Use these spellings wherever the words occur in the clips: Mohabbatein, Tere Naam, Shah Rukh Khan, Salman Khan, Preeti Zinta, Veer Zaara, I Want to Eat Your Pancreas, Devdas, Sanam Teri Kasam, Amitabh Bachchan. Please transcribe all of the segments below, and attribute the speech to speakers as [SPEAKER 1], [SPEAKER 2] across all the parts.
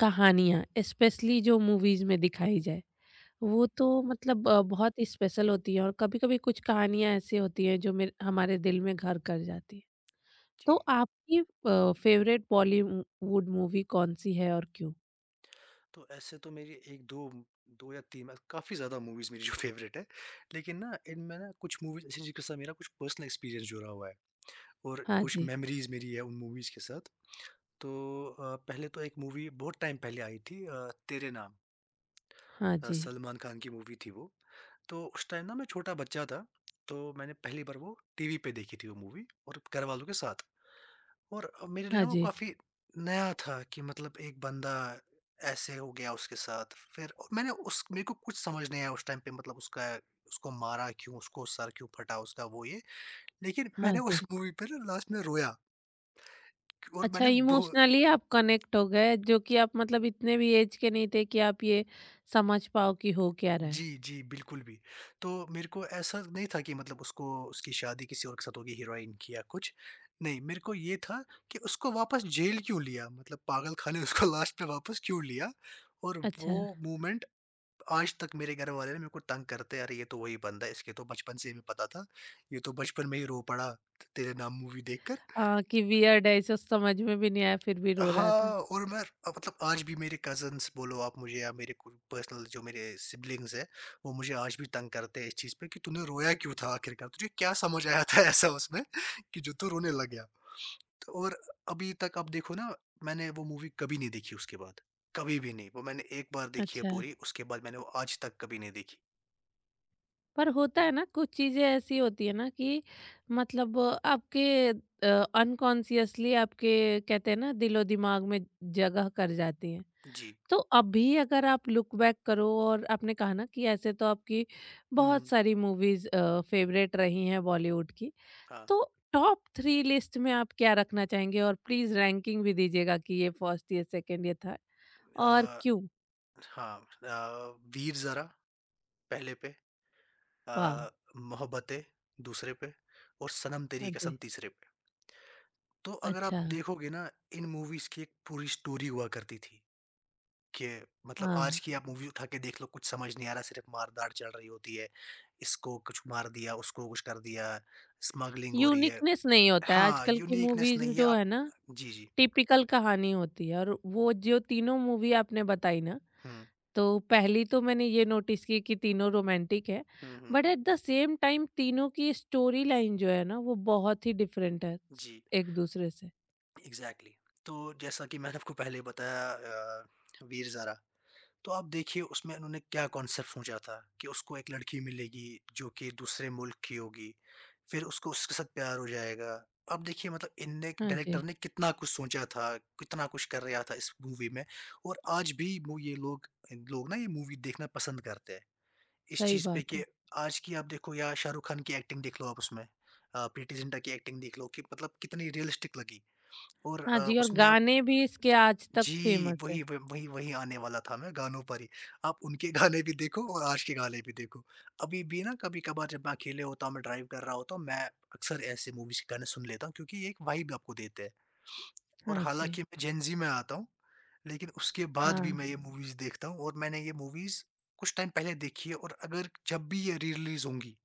[SPEAKER 1] कहानियाँ स्पेशली जो मूवीज़ में दिखाई जाए, वो तो मतलब बहुत स्पेशल होती है और कभी-कभी कुछ कहानियाँ ऐसी होती हैं जो मेर हमारे दिल में घर कर जाती है। तो
[SPEAKER 2] जी,
[SPEAKER 1] आपकी फेवरेट बॉलीवुड मूवी कौन-सी है और क्यों?
[SPEAKER 2] तो ऐसे तो मेरी 1-2 2 या 3 मैं काफ़ी ज़्यादा मूवीज़ मेरी जो फ़ेवरेट है। लेकिन ना इनमें ना कुछ मूवीज़ ऐसी जिनके साथ मेरा कुछ पर्सनल एक्सपीरियंस जुड़ा हुआ है और
[SPEAKER 1] हाँ
[SPEAKER 2] कुछ
[SPEAKER 1] जी।
[SPEAKER 2] मेमोरीज़ मेरी है उन मूवीज़ के साथ। तो पहले तो एक मूवी बहुत टाइम पहले आई थी तेरे नाम।
[SPEAKER 1] हाँ जी।
[SPEAKER 2] सलमान खान की मूवी थी वो। तो उस टाइम ना मैं छोटा बच्चा था, तो मैंने पहली बार वो टीवी पे देखी थी वो मूवी और घरवालों के साथ। और मेरे लिए
[SPEAKER 1] हाँ
[SPEAKER 2] ना वो
[SPEAKER 1] जी।
[SPEAKER 2] काफ़ी नया था कि मतलब एक बंदा ऐसे हो गया उसके साथ। फिर और मैंने उस मेरे को कुछ समझ नहीं आया उस टाइम पे मतलब उसका उसको मारा क्यों? उसको सर क्यों फटा उसका? वो ये। लेकिन
[SPEAKER 1] हाँ
[SPEAKER 2] मैंने
[SPEAKER 1] जी।
[SPEAKER 2] उस मूवी पे ना लास्ट में रोया। और
[SPEAKER 1] अच्छा,
[SPEAKER 2] मैंने बो
[SPEAKER 1] इमोशनली आप कनेक्ट हो गए, जो कि आप मतलब इतने भी एज के नहीं थे कि आप ये समझ पाओ कि हो क्या रहा है।
[SPEAKER 2] जी, जी, बिल्कुल भी। तो मेरे को ऐसा नहीं था कि मतलब उसको उसकी शादी किसी और के साथ होगी हीरोइन की या कुछ। नहीं, मेरे को ये था कि उसको वापस जेल क्यों लिया? मतलब पागलखाने में उसको लास्ट में वापस क्यों लिया? और
[SPEAKER 1] अच्छा।
[SPEAKER 2] वो मोमेंट आज तक मेरे घर वाले ना मेरे को तंग करते हैं, "अरे! ये तो वही बंदा है, इसके तो बचपन से हमें पता था। ये तो बचपन में ही रो पड़ा, तेरे नाम मूवी देखकर।"
[SPEAKER 1] हाँ, कि वियर्ड है, इसे समझ में भी नहीं आया फिर भी रो रहा था।
[SPEAKER 2] हाँ, और मैं मतलब आज भी मेरे कज़िन्स बोलो आप मुझे या मेरे कोई पर्सनल जो मेरे सिबलिंग्स हैं, वो मुझे आज भी तंग करते हैं इस चीज़ पे कि तूने रोया क्यों था आखिरकार? तुझे क्या समझ आया था ऐसा उसमें कि जो तू रोने लग गया? तो और अभी तक आप देखो ना, मैंने वो मूवी कभी नहीं देखी उसके बाद, कभी भी नहीं। वो मैंने एक बार देखी है
[SPEAKER 1] अच्छा।
[SPEAKER 2] पूरी, उसके बाद मैंने वो आज तक कभी नहीं देखी।
[SPEAKER 1] पर होता है ना, कुछ चीज़ें ऐसी होती है ना कि मतलब आपके अनकॉन्शियसली आपके कहते हैं ना दिलो दिमाग में जगह कर जाती हैं।
[SPEAKER 2] जी।
[SPEAKER 1] तो अभी अगर आप लुक बैक करो और आपने कहा ना कि ऐसे तो आपकी
[SPEAKER 2] हुँ,
[SPEAKER 1] बहुत
[SPEAKER 2] हुँ।
[SPEAKER 1] सारी मूवीज फेवरेट रही हैं बॉलीवुड की,
[SPEAKER 2] हाँ।
[SPEAKER 1] तो टॉप थ्री लिस्ट में आप क्या रखना चाहेंगे और प्लीज रैंकिंग भी दीजिएगा कि ये फर्स्ट, ये सेकंड, ये थर्ड और
[SPEAKER 2] अ,
[SPEAKER 1] क्यों।
[SPEAKER 2] हाँ, वीर ज़ारा पहले पे,
[SPEAKER 1] वाह।
[SPEAKER 2] अ, मोहब्बतें दूसरे पे और सनम
[SPEAKER 1] हाँ
[SPEAKER 2] तेरी
[SPEAKER 1] जी।
[SPEAKER 2] कसम तीसरे पे। तो अगर
[SPEAKER 1] अच्छा।
[SPEAKER 2] आप देखोगे ना इन मूवीज़ की एक पूरी स्टोरी हुआ करती थी कि मतलब आज
[SPEAKER 1] हाँ।
[SPEAKER 2] की आप मूवी उठा के देख लो कुछ समझ नहीं आ रहा, सिर्फ़ मार-धाड़ चल रही होती है। इसको कुछ मार दिया, उसको कुछ कर दिया, स्मगलिंग हो रही है।
[SPEAKER 1] यूनिकनेस नहीं होता है,
[SPEAKER 2] हाँ,
[SPEAKER 1] आजकल की
[SPEAKER 2] यूनिकनेस
[SPEAKER 1] मूवीज़
[SPEAKER 2] नहीं है
[SPEAKER 1] जो है
[SPEAKER 2] आप।
[SPEAKER 1] ना,
[SPEAKER 2] जी, जी।
[SPEAKER 1] टिपिकल कहानी होती है। और वो जो तीनों मूवी आपने बताई ना,
[SPEAKER 2] हुँ,
[SPEAKER 1] तो पहली तो मैंने ये नोटिस की कि तीनों रोमांटिक है,
[SPEAKER 2] हुँ, हुँ।
[SPEAKER 1] But at the same time तीनों की स्टोरी लाइन जो है ना वो बहुत ही डिफरेंट है
[SPEAKER 2] जी,
[SPEAKER 1] एक दूसरे से।
[SPEAKER 2] एग्ज़ैक्टली। तो जैसा कि मैंने आपको पहले बताया, वीर ज़ारा, तो आप देखिए उसमें उन्होंने क्या कॉन्सेप्ट सोचा था कि उसको एक लड़की मिलेगी जो कि दूसरे मुल्क की होगी, फिर उसको उसके साथ प्यार हो जाएगा। अब देखिए मतलब इनने
[SPEAKER 1] हाँ जी।
[SPEAKER 2] डायरेक्टर ने कितना कुछ सोचा था, कितना कुछ कर रहा था इस मूवी में, और आज भी वो ये लोग लोग ना ये मूवी देखना पसंद करते हैं। इस
[SPEAKER 1] सही
[SPEAKER 2] चीज़ पे
[SPEAKER 1] बात
[SPEAKER 2] कि
[SPEAKER 1] है।
[SPEAKER 2] आज की आप देखो या शाहरुख खान की एक्टिंग देख लो आप उसमें। प्रीति जिंटा की एक्टिंग देख लो कि मतलब कितनी रियलिस्टिक लगी, और
[SPEAKER 1] हाँ जी, और
[SPEAKER 2] उसमें आप।
[SPEAKER 1] गाने भी इसके आज तक
[SPEAKER 2] जी,
[SPEAKER 1] फेमस है।
[SPEAKER 2] वही व वही वही आने वाला था, मैं गानों पर ही। आप उनके गाने भी देखो और आज के गाने भी देखो। अभी भी ना कभी-कभार जब मैं अकेले होता हूँ, मैं ड्राइव कर रहा होता हूँ, मैं अक्सर ऐसे मूवीज़ के गाने सुन लेता हूँ क्योंकि ये एक वाइब आपको देते हैं। और
[SPEAKER 1] हाँ जी।
[SPEAKER 2] हालाँकि मैं जेन ज़ी में आता हूँ, लेकिन उसके बाद भी
[SPEAKER 1] हाँ।
[SPEAKER 2] मैं ये मूवीज़ देखता हूँ, और मैंने ये मूवीज़ कुछ टाइम पहले देखी है, और अगर जब भी ये री-रिलीज़ होंगी,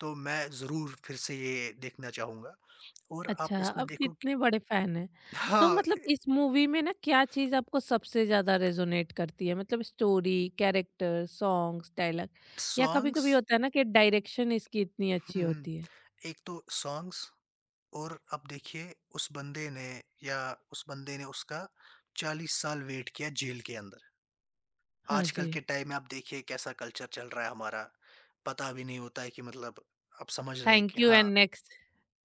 [SPEAKER 2] तो मैं ज़रूर फिर से ये देखना चाहूँगा। और आप
[SPEAKER 1] अच्छा,
[SPEAKER 2] इसमें
[SPEAKER 1] आप
[SPEAKER 2] देखो कि
[SPEAKER 1] इतने बड़े फैन हैं। तो
[SPEAKER 2] हाँ।
[SPEAKER 1] मतलब
[SPEAKER 2] ए
[SPEAKER 1] इस मूवी में ना क्या चीज़ आपको सबसे ज़्यादा रेज़ोनेट करती है? मतलब स्टोरी, कैरेक्टर, सॉन्ग्स, डायलॉग या
[SPEAKER 2] सॉन्ग्स।
[SPEAKER 1] कभी-कभी होता है ना कि डायरेक्शन इसकी इतनी अच्छी
[SPEAKER 2] हुँ, हुँ।
[SPEAKER 1] होती है।
[SPEAKER 2] एक तो सॉन्ग्स, और अब देखिए या उस बंदे ने उसका 40 साल वेट किया जेल के अंदर।
[SPEAKER 1] हाँ जी,
[SPEAKER 2] आजकल के टाइम में आप देखिए कैसा कल्चर चल रहा है हमारा, पता भी नहीं होता है कि मतलब आप समझ रहे हैं
[SPEAKER 1] थैंक
[SPEAKER 2] कि
[SPEAKER 1] यू एंड
[SPEAKER 2] हाँ,
[SPEAKER 1] नेक्स्ट।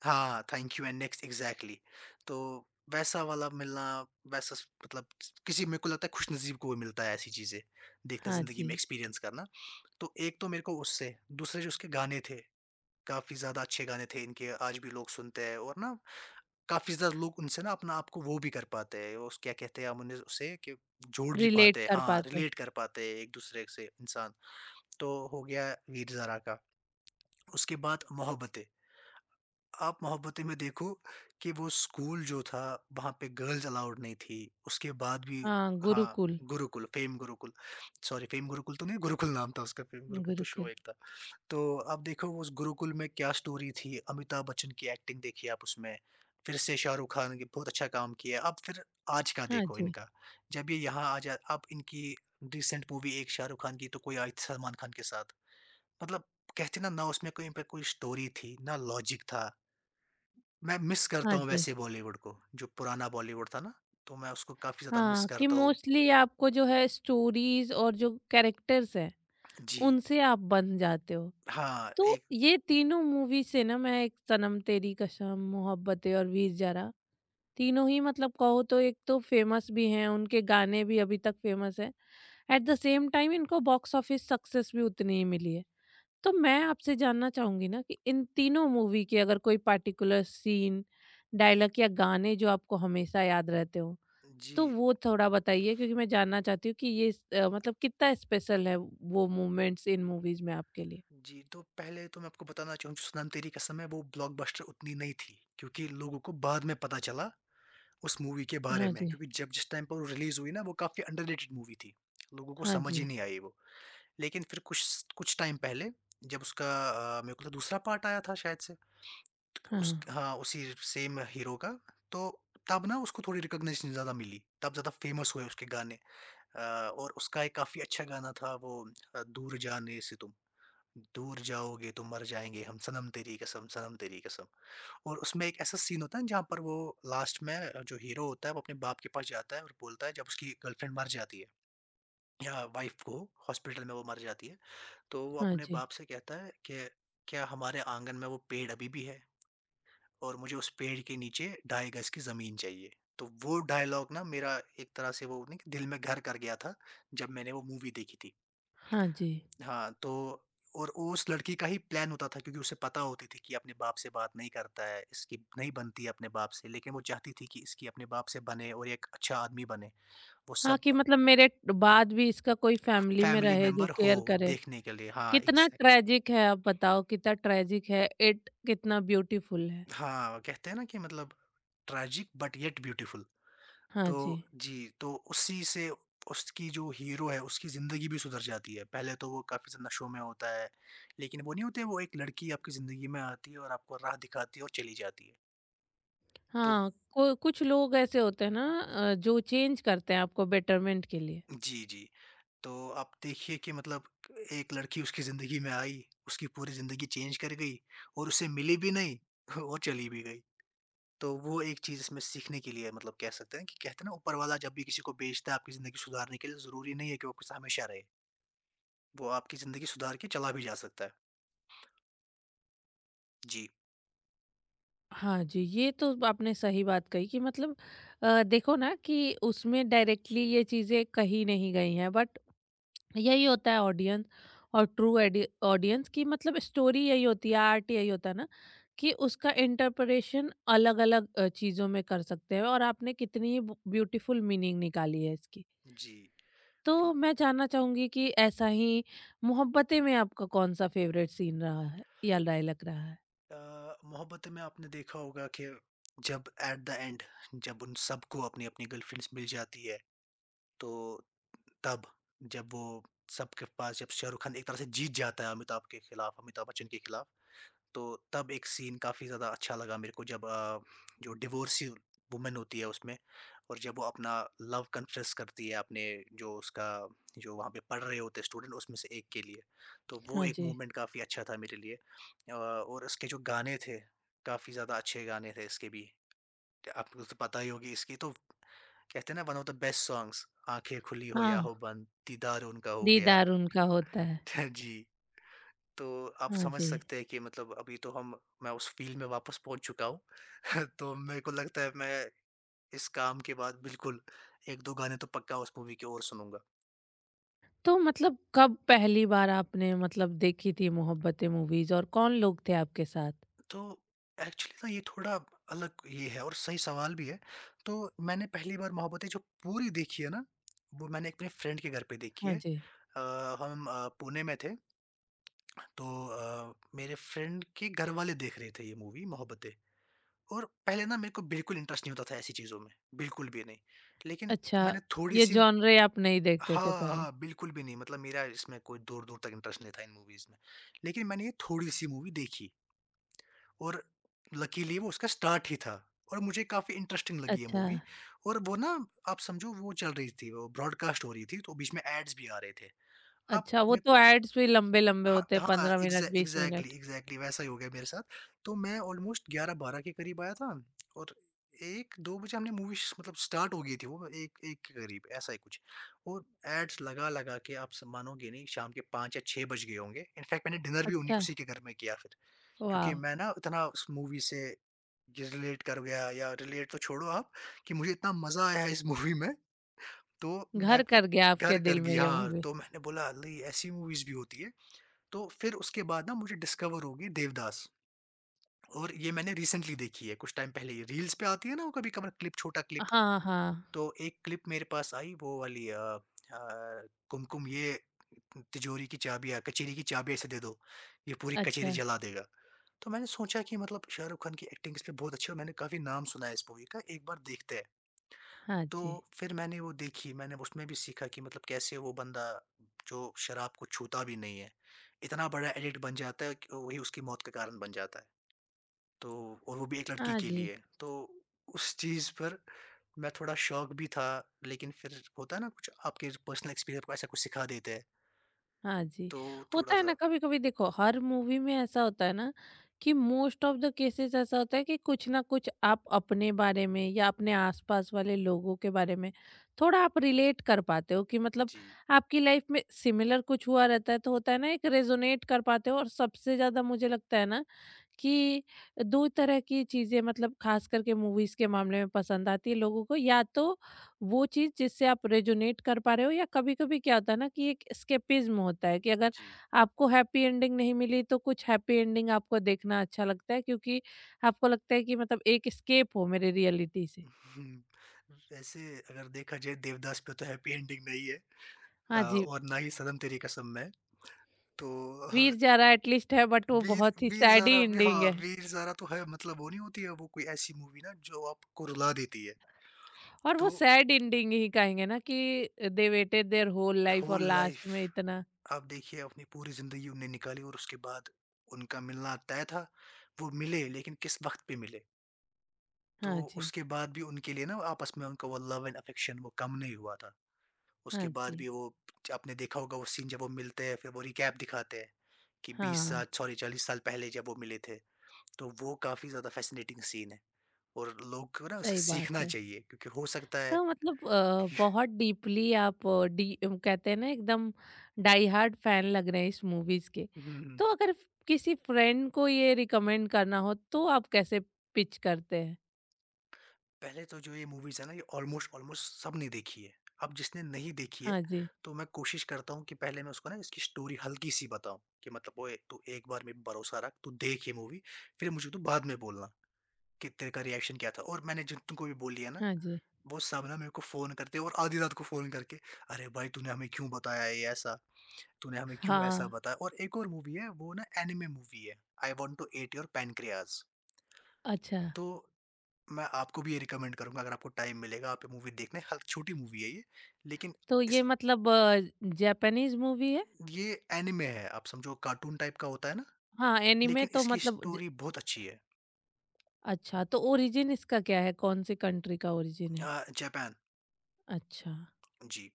[SPEAKER 2] हाँ, thank you and next exactly. तो वैसा वाला मिलना, वैसा स मतलब किसी मेरे को लगता है खुशनसीब को ही मिलता है ऐसी चीज़ें, देखना
[SPEAKER 1] हाँ
[SPEAKER 2] ज़िंदगी
[SPEAKER 1] जी,
[SPEAKER 2] में एक्सपीरियंस करना। तो एक तो मेरे को उससे, दूसरे जो उसके गाने थे, काफ़ी ज़्यादा अच्छे गाने थे इनके, आज भी लोग सुनते हैं, और ना काफ़ी ज़्यादा लोग उनसे ना अपना आप को वो भी कर पाते हैं, और उस क्या कहते हैं हम उन्हें उसे कि जोड़ भी
[SPEAKER 1] रिलेट
[SPEAKER 2] पाते हैं,
[SPEAKER 1] कर
[SPEAKER 2] हाँ,
[SPEAKER 1] पाते हैं।
[SPEAKER 2] रिलेट कर पाते हैं एक-दूसरे से इंसान। तो हो गया वीर ज़ारा का, उसके बाद मोहब्बतें। आप मोहब्बतें में देखो कि वो स्कूल जो था, वहाँ पे गर्ल्स अलाउड नहीं थी, उसके बाद भी
[SPEAKER 1] हाँ,
[SPEAKER 2] हाँ,
[SPEAKER 1] Gurukul.
[SPEAKER 2] Gurukul, Fame Gurukul, sorry Fame Gurukul तो नहीं, गुरुकुल नाम था उसका, फेम गुरुकुल तो शो
[SPEAKER 1] गुरुकुल।
[SPEAKER 2] एक था। तो आप देखो उस गुरुकुल में क्या स्टोरी थी, अमिताभ बच्चन की एक्टिंग देखिए आप उसमें, फिर से शाहरुख खान ने बहुत अच्छा काम किया। अब फिर आज का
[SPEAKER 1] हाँ
[SPEAKER 2] देखो
[SPEAKER 1] जी।
[SPEAKER 2] इनका, जब ये यहाँ आ जाए अब इनकी रिसेंट मूवी एक शाहरुख खान की तो कोई आई थी सलमान खान के साथ। मतलब कहते ना, ना उसमें कहीं पे कोई स्टोरी थी, ना लॉजिक था। मैं मिस
[SPEAKER 1] हाँ
[SPEAKER 2] करता हूँ
[SPEAKER 1] जी।
[SPEAKER 2] वैसे बॉलीवुड को, जो पुराना बॉलीवुड था ना, तो मैं उसको काफ़ी ज़्यादा
[SPEAKER 1] हाँ,
[SPEAKER 2] मिस
[SPEAKER 1] कि
[SPEAKER 2] करता हूँ।
[SPEAKER 1] मोस्टली आपको जो है स्टोरीज़ और जो कैरेक्टर्स हैं,
[SPEAKER 2] जी,
[SPEAKER 1] उनसे आप बंध जाते हो।
[SPEAKER 2] हाँ,
[SPEAKER 1] तो
[SPEAKER 2] एक
[SPEAKER 1] ये तीनों मूवी से ना, मैं एक सनम तेरी कसम, मोहब्बतें और वीर ज़ारा, तीनों ही मतलब कहो तो एक तो फेमस भी हैं, उनके गाने भी अभी तक फेमस हैं। एट द सेम टाइम इनको बॉक्स ऑफिस सक्सेस भी उतनी ही मिली है। तो मैं आपसे जानना चाहूँगी ना कि इन तीनों मूवी के अगर कोई पार्टिकुलर सीन, डायलॉग या गाने जो आपको हमेशा याद रहते हों, तो
[SPEAKER 2] जी।
[SPEAKER 1] वो थोड़ा बताइए, क्योंकि मैं जानना चाहती हूँ कि मतलब कितना स्पेशल है वो मोमेंट्स इन मूवीज़ में आपके लिए?
[SPEAKER 2] जी, तो पहले तो मैं आपको बताना चाहूँ जो सनम तेरी कसम है वो ब्लॉकबस्टर उतनी नहीं थी, क्योंकि लोगों को बाद में पता चला उस मूवी के बारे
[SPEAKER 1] हाँ
[SPEAKER 2] में,
[SPEAKER 1] जी।
[SPEAKER 2] क्योंकि जब जिस टाइम पर वो रिलीज़ हुई ना वो काफ़ी अंडररेटेड मूवी थी। लोगों को
[SPEAKER 1] हाँ
[SPEAKER 2] समझ ही
[SPEAKER 1] जी।
[SPEAKER 2] नहीं आई वो। लेकिन फिर कुछ कुछ टाइम पहले जब उसका मेरे को लगता है दूसरा पार्ट आया था शायद से, तो
[SPEAKER 1] हाँ,
[SPEAKER 2] उस हाँ, उसी सेम हीरो का, तो तब ना उसको थोड़ी रिकॉग्निशन ज़्यादा मिली, तब ज़्यादा फेमस हुए उसके गाने। अ, और उसका एक काफ़ी अच्छा गाना था वो, दूर जाने से तुम। दूर जाओगे तो मर जाएँगे हम, सनम तेरी कसम, सनम तेरी कसम। और उसमें एक ऐसा सीन होता है जहाँ पर वो लास्ट में, जो हीरो होता है वो अपने बाप के पास जाता है और बोलता है, जब उसकी गर्लफ्रेंड मर जाती है या वाइफ को हॉस्पिटल में वो मर जाती है, तो वो
[SPEAKER 1] हाँ
[SPEAKER 2] अपने
[SPEAKER 1] जी,
[SPEAKER 2] बाप से कहता है कि क्या हमारे आँगन में वो पेड़ अभी भी है? और मुझे उस पेड़ के नीचे ढाई गज़ की ज़मीन चाहिए। तो वो डायलॉग ना मेरा एक तरह से वो नहीं कि दिल में घर कर गया था, जब मैंने वो मूवी देखी थी।
[SPEAKER 1] हाँ जी।
[SPEAKER 2] हाँ, तो और वो उस लड़की का ही प्लान होता था, क्योंकि उसे पता होती थी कि अपने बाप से बात नहीं करता है, इसकी नहीं बनती है अपने बाप से, लेकिन वो चाहती थी कि इसकी अपने बाप से बने और एक अच्छा आदमी बने। वो
[SPEAKER 1] हाँ,
[SPEAKER 2] सब
[SPEAKER 1] कि मतलब मेरे बाद भी इसका कोई फैमिली में
[SPEAKER 2] फैमिली
[SPEAKER 1] रहे जो
[SPEAKER 2] मेंबर हो
[SPEAKER 1] केयर करे।
[SPEAKER 2] देखने के लिए। हाँ,
[SPEAKER 1] कितना
[SPEAKER 2] एग्ज़ैक्टली।
[SPEAKER 1] ट्रेजिक है, आप बताओ कितना ट्रेजिक है, इट कितना ब्यूटीफुल है।
[SPEAKER 2] हाँ, कहते हैं ना कि मतलब ट्रेजिक बट येट ब्यूटीफुल।
[SPEAKER 1] हाँ
[SPEAKER 2] तो
[SPEAKER 1] जी।
[SPEAKER 2] जी, तो उसी से उसकी जो हीरो है उसकी ज़िंदगी भी सुधर जाती है। पहले तो वो काफ़ी ज़्यादा नशों में होता है, लेकिन वो नहीं होते वो, एक लड़की आपकी ज़िंदगी में आती है और आपको राह दिखाती है और चली जाती है। तो
[SPEAKER 1] हाँ, को कुछ लोग ऐसे होते हैं ना जो चेंज करते हैं आपको बेटरमेंट के लिए।
[SPEAKER 2] जी, जी। तो आप देखिए कि मतलब एक लड़की उसकी ज़िंदगी में आई, उसकी पूरी ज़िंदगी चेंज कर गई, और उसे मिली भी नहीं और चली भी गई। तो वो एक चीज़ इसमें सीखने के लिए, मतलब कह सकते हैं कि कहते हैं ना, ऊपर वाला जब भी किसी को भेजता है आपकी ज़िंदगी सुधारने के लिए, ज़रूरी नहीं है कि वो आपके साथ हमेशा रहे। वो आपकी ज़िंदगी सुधार के चला भी जा सकता है। जी।
[SPEAKER 1] हाँ जी, ये तो आपने सही बात कही कि मतलब देखो ना कि उसमें डायरेक्टली ये चीज़ें कही नहीं गई हैं, बट यही होता है ऑडियंस और ट्रू ऑडियंस की, मतलब स्टोरी यही होती है, आर्ट यही होता है ना, कि उसका इंटरप्रिटेशन अलग अलग चीजों में कर सकते हैं। और आपने कितनी ब्यूटीफुल मीनिंग निकाली है इसकी।
[SPEAKER 2] जी।
[SPEAKER 1] तो
[SPEAKER 2] ये म
[SPEAKER 1] मैं जानना चाहूंगी कि ऐसा ही मोहब्बतें में आपका कौन सा फेवरेट सीन रहा है या राय लग रहा है।
[SPEAKER 2] मोहब्बतें में आपने देखा होगा कि जब एट द एंड, जब उन सबको अपनी-अपनी गर्लफ्रेंड्स मिल जाती है, तो तब, जब वो सबके पास जब शाहरुख खान एक तरह से जीत जाता है अमिताभ के खिलाफ, अमिताभ बच्चन के खिलाफ, तो तब एक सीन काफ़ी ज़्यादा अच्छा लगा मेरे को, जब जो डिवोर्सी वुमन होती है उसमें, और जब वो अपना लव कन्फेस करती है अपने जो उसका जो वहाँ पे पढ़ रहे होते हैं स्टूडेंट उसमें से एक के लिए। तो वो
[SPEAKER 1] हाँ
[SPEAKER 2] एक
[SPEAKER 1] जी।
[SPEAKER 2] मूवमेंट काफ़ी अच्छा था मेरे लिए। और इसके जो गाने थे, काफ़ी ज़्यादा अच्छे गाने थे इसके भी। आपको तो पता ही होगी इसकी, तो कहते हैं ना one of the best songs, आंखें खुली हो या
[SPEAKER 1] हाँ,
[SPEAKER 2] हो बंद दीदार उनका हो गया
[SPEAKER 1] दीदार उनका होता है।
[SPEAKER 2] जी। तो आप
[SPEAKER 1] हाँ
[SPEAKER 2] समझ
[SPEAKER 1] जी।
[SPEAKER 2] सकते हैं कि मतलब अभी तो हम मैं उस फील्ड में वापस पहुंच चुका हूँ तो मेरे को लगता है मैं इस काम के बाद बिल्कुल एक दो गाने तो पक्का उस मूवी के और सुनूंगा।
[SPEAKER 1] तो मतलब कब पहली बार आपने मतलब देखी थी मोहब्बतें मूवीज, और कौन लोग थे आपके साथ?
[SPEAKER 2] तो एक्चुअली ना ये थोड़ा अलग ये है, और सही सवाल भी है। तो मैंने पहली बार मोहब्बतें जो पूरी देखी है ना, वो मैंने अपने फ्रेंड के घर पे देखी
[SPEAKER 1] हाँ
[SPEAKER 2] है।
[SPEAKER 1] जी।
[SPEAKER 2] अ, हम पुणे में थे, तो मेरे फ्रेंड के घरवाले देख रहे थे ये मूवी मोहब्बतें। और पहले ना मेरे को बिल्कुल इंटरेस्ट नहीं होता था ऐसी चीज़ों में, बिल्कुल भी नहीं। लेकिन
[SPEAKER 1] अच्छा,
[SPEAKER 2] मैंने
[SPEAKER 1] ये
[SPEAKER 2] थोड़ी-सी।
[SPEAKER 1] जॉनरे आप नहीं देखते थे
[SPEAKER 2] हाँ,
[SPEAKER 1] पहले?
[SPEAKER 2] हाँ, बिल्कुल भी नहीं। मतलब मेरा इसमें कोई दूर-दूर तक इंटरेस्ट नहीं था इन मूवीज़ में। लेकिन मैंने ये थोड़ी-सी मूवी देखी और लकीली वो उसका स्टार्ट ही था और मुझे काफ़ी इंटरेस्टिंग लगी ये
[SPEAKER 1] अच्छा।
[SPEAKER 2] मूवी। और वो ना आप समझो, वो चल रही थी, वो ब्रॉडकास्ट हो रही थी, तो बीच में एड्स भी आ रहे थे। अब
[SPEAKER 1] अच्छा, वो
[SPEAKER 2] मेरे
[SPEAKER 1] तो
[SPEAKER 2] को
[SPEAKER 1] एड्स भी लंबे-लंबे
[SPEAKER 2] हाँ,
[SPEAKER 1] होते हैं,
[SPEAKER 2] हाँ,
[SPEAKER 1] 15 मिनट, 20
[SPEAKER 2] एग्ज़ैक्टली,
[SPEAKER 1] मिनट।
[SPEAKER 2] एग्ज़ैक्टली वैसा ही हो गया मेरे साथ। तो मैं ऑलमोस्ट 11-12 के करीब आया था, और 1-2 बजे हमने मूवी श मतलब स्टार्ट हो गई थी वो, 1-1 के करीब, ऐसा ही कुछ। और एड्स लगा-लगा के, आप स मानोगे नहीं, शाम के 5 या 6 बज गए होंगे। इनफैक्ट मैंने डिनर भी उन्हीं
[SPEAKER 1] अच्छा,
[SPEAKER 2] उसी के घर में किया फिर। क्योंकि
[SPEAKER 1] वाव!
[SPEAKER 2] मैं ना इतना उस मूवी से ये रिलेट कर गया, या रिलेट तो छोड़ो आप, कि मुझे इतना मज़ा आया है इस मूवी में, तो
[SPEAKER 1] घर
[SPEAKER 2] मैं फिर
[SPEAKER 1] कर गया आपके
[SPEAKER 2] घर
[SPEAKER 1] दिल
[SPEAKER 2] कर
[SPEAKER 1] में
[SPEAKER 2] गई।
[SPEAKER 1] ये
[SPEAKER 2] हाँ,
[SPEAKER 1] मूवी।
[SPEAKER 2] तो मैंने बोला, "अल्ले! ऐसी मूवीज़ भी होती है।" तो फिर उसके बाद ना मुझे डिस्कवर होगी देवदास। और ये मैंने रिसेंटली देखी है, कुछ टाइम पहले। ये रील्स पे आती है ना वो कभी कभार क्लिप, छोटा क्लिप।
[SPEAKER 1] हाँ, हाँ।
[SPEAKER 2] तो एक क्लिप मेरे पास आई, वो वाली कुमकुम, ये तिजोरी की चाबियां, कचेरी की चाबियां इसे दे दो, ये पूरी कचेरी
[SPEAKER 1] अच्छा।
[SPEAKER 2] जला देगा। तो मैंने सोचा कि मतलब शाहरुख खान की एक्टिंग इस पे बहुत अच्छी है और मैंने काफी नाम सुना है इस मूवी का, एक बार देखते हैं।
[SPEAKER 1] हाँ
[SPEAKER 2] तो
[SPEAKER 1] जी।
[SPEAKER 2] फिर मैंने वो देखी, मैंने उसमें भी सीखा कि मतलब कैसे वो बंदा जो शराब को छूता भी नहीं है, इतना बड़ा एडिक्ट बन जाता है कि वही उसकी मौत का कारण बन जाता है। तो और वो भी एक लड़की
[SPEAKER 1] हाँ
[SPEAKER 2] के
[SPEAKER 1] जी।
[SPEAKER 2] लिए। तो उस चीज़ पर मैं थोड़ा शॉक भी था, लेकिन फिर होता है ना, कुछ आपके पर्सनल एक्सपीरियंस आपको ऐसा कुछ सिखा देते हैं,
[SPEAKER 1] हाँ जी,
[SPEAKER 2] तो
[SPEAKER 1] होता है ना
[SPEAKER 2] थोड़ा-सा।
[SPEAKER 1] कभी-कभी, देखो हर मूवी में ऐसा होता है ना कि मोस्ट ऑफ द केसेस ऐसा होता है कि कुछ ना कुछ आप अपने बारे में या अपने आसपास वाले लोगों के बारे में थोड़ा आप रिलेट कर पाते हो कि मतलब
[SPEAKER 2] जी,
[SPEAKER 1] आपकी लाइफ में सिमिलर कुछ हुआ रहता है, तो होता है ना एक, रेजोनेट कर पाते हो। और सबसे ज़्यादा मुझे लगता है ना कि दो तरह की चीज़ें मतलब खास करके मूवीज़ के मामले में पसंद आती है लोगों को, या तो वो चीज़ जिससे आप रेजोनेट कर पा रहे हो, या कभी-कभी क्या होता है ना कि एक एस्केपिज़्म होता है कि अगर
[SPEAKER 2] जी।
[SPEAKER 1] आपको हैप्पी एंडिंग नहीं मिली, तो कुछ हैप्पी एंडिंग आपको देखना अच्छा लगता है, क्योंकि आपको लगता है कि मतलब एक एस्केप हो मेरे रियलिटी से।
[SPEAKER 2] हम्म, वैसे अगर देखा जाए देवदास पे, तो हैप्पी एंडिंग नहीं है।
[SPEAKER 1] हाँ जी,
[SPEAKER 2] और ना ही सनम तेरी कसम में। तो
[SPEAKER 1] वीर ज़ारा एटलीस्ट है, बट वो
[SPEAKER 2] वीर
[SPEAKER 1] बहुत ही
[SPEAKER 2] वीर
[SPEAKER 1] सैड ही
[SPEAKER 2] ज़ारा भी।
[SPEAKER 1] एंडिंग
[SPEAKER 2] हाँ,
[SPEAKER 1] है।
[SPEAKER 2] वीर ज़ारा तो है, मतलब वो नहीं होती है वो, कोई ऐसी मूवी ना जो आपको रुला देती है।
[SPEAKER 1] और वो
[SPEAKER 2] तो
[SPEAKER 1] सैड एंडिंग ही कहेंगे ना, कि they waited their whole life और
[SPEAKER 2] होल
[SPEAKER 1] लास्ट
[SPEAKER 2] लाइफ़,
[SPEAKER 1] में इतना।
[SPEAKER 2] आप देखिए, अपनी पूरी ज़िंदगी उन्हें निकाली और उसके बाद उनका मिलना तय था। वो मिले, लेकिन किस वक़्त पे मिले। तो
[SPEAKER 1] हाँ जी।
[SPEAKER 2] उसके बाद भी उनके लिए ना, आपस में उनका वो लव एंड अफ़ेक्शन, वो कम नहीं हुआ था। उसके
[SPEAKER 1] हाँ
[SPEAKER 2] बाद
[SPEAKER 1] जी।
[SPEAKER 2] भी वो, आपने देखा होगा वो सीन जब वो मिलते हैं, फिर वो रिकैप दिखाते हैं कि 20
[SPEAKER 1] हाँ,
[SPEAKER 2] साल, सॉरी 40 साल पहले जब वो मिले थे। तो वो काफ़ी ज़्यादा फ़ैसिनेटिंग सीन है। और लोग को ना उसे
[SPEAKER 1] सही बात
[SPEAKER 2] सीखना
[SPEAKER 1] है।
[SPEAKER 2] चाहिए, क्योंकि हो सकता है।
[SPEAKER 1] तो मतलब बहुत डीपली आप कहते हैं ना एकदम डाई हार्ड फैन लग रहे हैं इस मूवीज़ के।
[SPEAKER 2] हुँ,
[SPEAKER 1] तो अगर किसी फ्रेंड को ये रिकमेंड करना हो, तो आप कैसे पिच करते हैं?
[SPEAKER 2] पहले तो जो ये मूवीज़ है ना, ये ऑलमोस्ट ऑलमोस्ट सबने देखी है। अब जिसने नहीं देखी है,
[SPEAKER 1] हाँ जी,
[SPEAKER 2] तो मैं कोशिश करता हूँ कि पहले मैं उसको ना इसकी स्टोरी हल्की-सी बताऊँ कि मतलब, ओए तू एक बार में भरोसा रख, तू देख ये मूवी, फिर मुझे तू बाद में बोलना कि तेरे का रिएक्शन क्या था। और मैंने जिन तुमको भी बोली है ना,
[SPEAKER 1] हाँ जी।
[SPEAKER 2] वो सब ना मेरे को फ़ोन करते हैं, और आधी रात को फ़ोन करके, "अरे भाई तूने हमें क्यों बताया ये ऐसा?" तूने हमें क्यों ऐसा
[SPEAKER 1] हाँ,
[SPEAKER 2] बताया। और एक और मूवी है वो ना, एनिमे मूवी है, I want to eat your pancreas.
[SPEAKER 1] अच्छा
[SPEAKER 2] तो मैं आपको भी ये रिकमेंड करूंगा, अगर आपको टाइम मिलेगा आप ये मूवी देखना। हल्की छोटी मूवी है ये, लेकिन
[SPEAKER 1] तो ये
[SPEAKER 2] इस।
[SPEAKER 1] मतलब जापानीज़ मूवी है?
[SPEAKER 2] ये एनिमे है, आप समझो कार्टून टाइप का होता है ना,
[SPEAKER 1] हाँ, एनीमे
[SPEAKER 2] लेकिन
[SPEAKER 1] तो
[SPEAKER 2] इसकी
[SPEAKER 1] मतलब ज
[SPEAKER 2] स्टोरी बहुत अच्छी है।
[SPEAKER 1] अच्छा तो ओरिजिन इसका क्या है? कौन-सी कंट्री का ओरिजिन है?
[SPEAKER 2] आ, जापान।
[SPEAKER 1] अच्छा।
[SPEAKER 2] जी।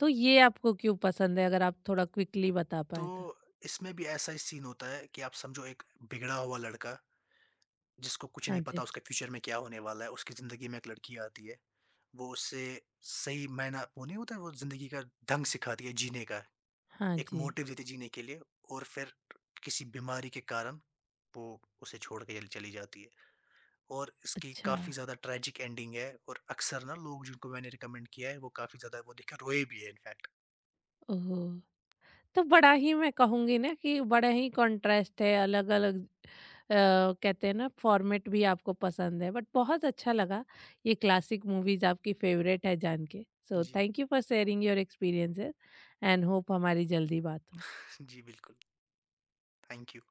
[SPEAKER 1] तो ये आपको क्यों पसंद है? अगर आप थोड़ा क्विकली बता
[SPEAKER 2] तो
[SPEAKER 1] पाएँ तो?
[SPEAKER 2] इसमें भी ऐसा ही सीन होता है कि, आप समझो एक बिगड़ा हुआ लड़का जिसको कुछ
[SPEAKER 1] हाँ
[SPEAKER 2] नहीं
[SPEAKER 1] जी।
[SPEAKER 2] पता उसका फ्यूचर में क्या होने वाला है, उसकी ज़िंदगी में एक लड़की आती है। वो उससे सही मायना, वो नहीं होता वो, ज़िंदगी का ढंग सिखाती है जीने का,
[SPEAKER 1] हाँ
[SPEAKER 2] एक
[SPEAKER 1] जी।
[SPEAKER 2] मोटिव देती है जीने के लिए, और फिर किसी बीमारी के कारण वो उसे छोड़ के चल चली जाती है। और इसकी
[SPEAKER 1] अच्छा,
[SPEAKER 2] काफ़ी ज़्यादा ट्रेजिक एंडिंग है, और अक्सर ना लोग जिनको मैंने रिकमेंड किया है वो काफ़ी ज़्यादा, वो देखकर रोए भी हैं इनफैक्ट।
[SPEAKER 1] ओह! तो बड़ा ही मैं कहूँगी ना कि बड़ा ही कॉन्ट्रास्ट है, अलग-अलग कहते हैं ना फॉर्मेट भी आपको पसंद है, बट बहुत अच्छा लगा ये क्लासिक मूवीज़ आपकी फेवरेट है जान के। सो
[SPEAKER 2] जी।
[SPEAKER 1] Thank you for sharing your experiences and hope हमारी जल्दी बात हो।
[SPEAKER 2] जी बिल्कुल। Thank you.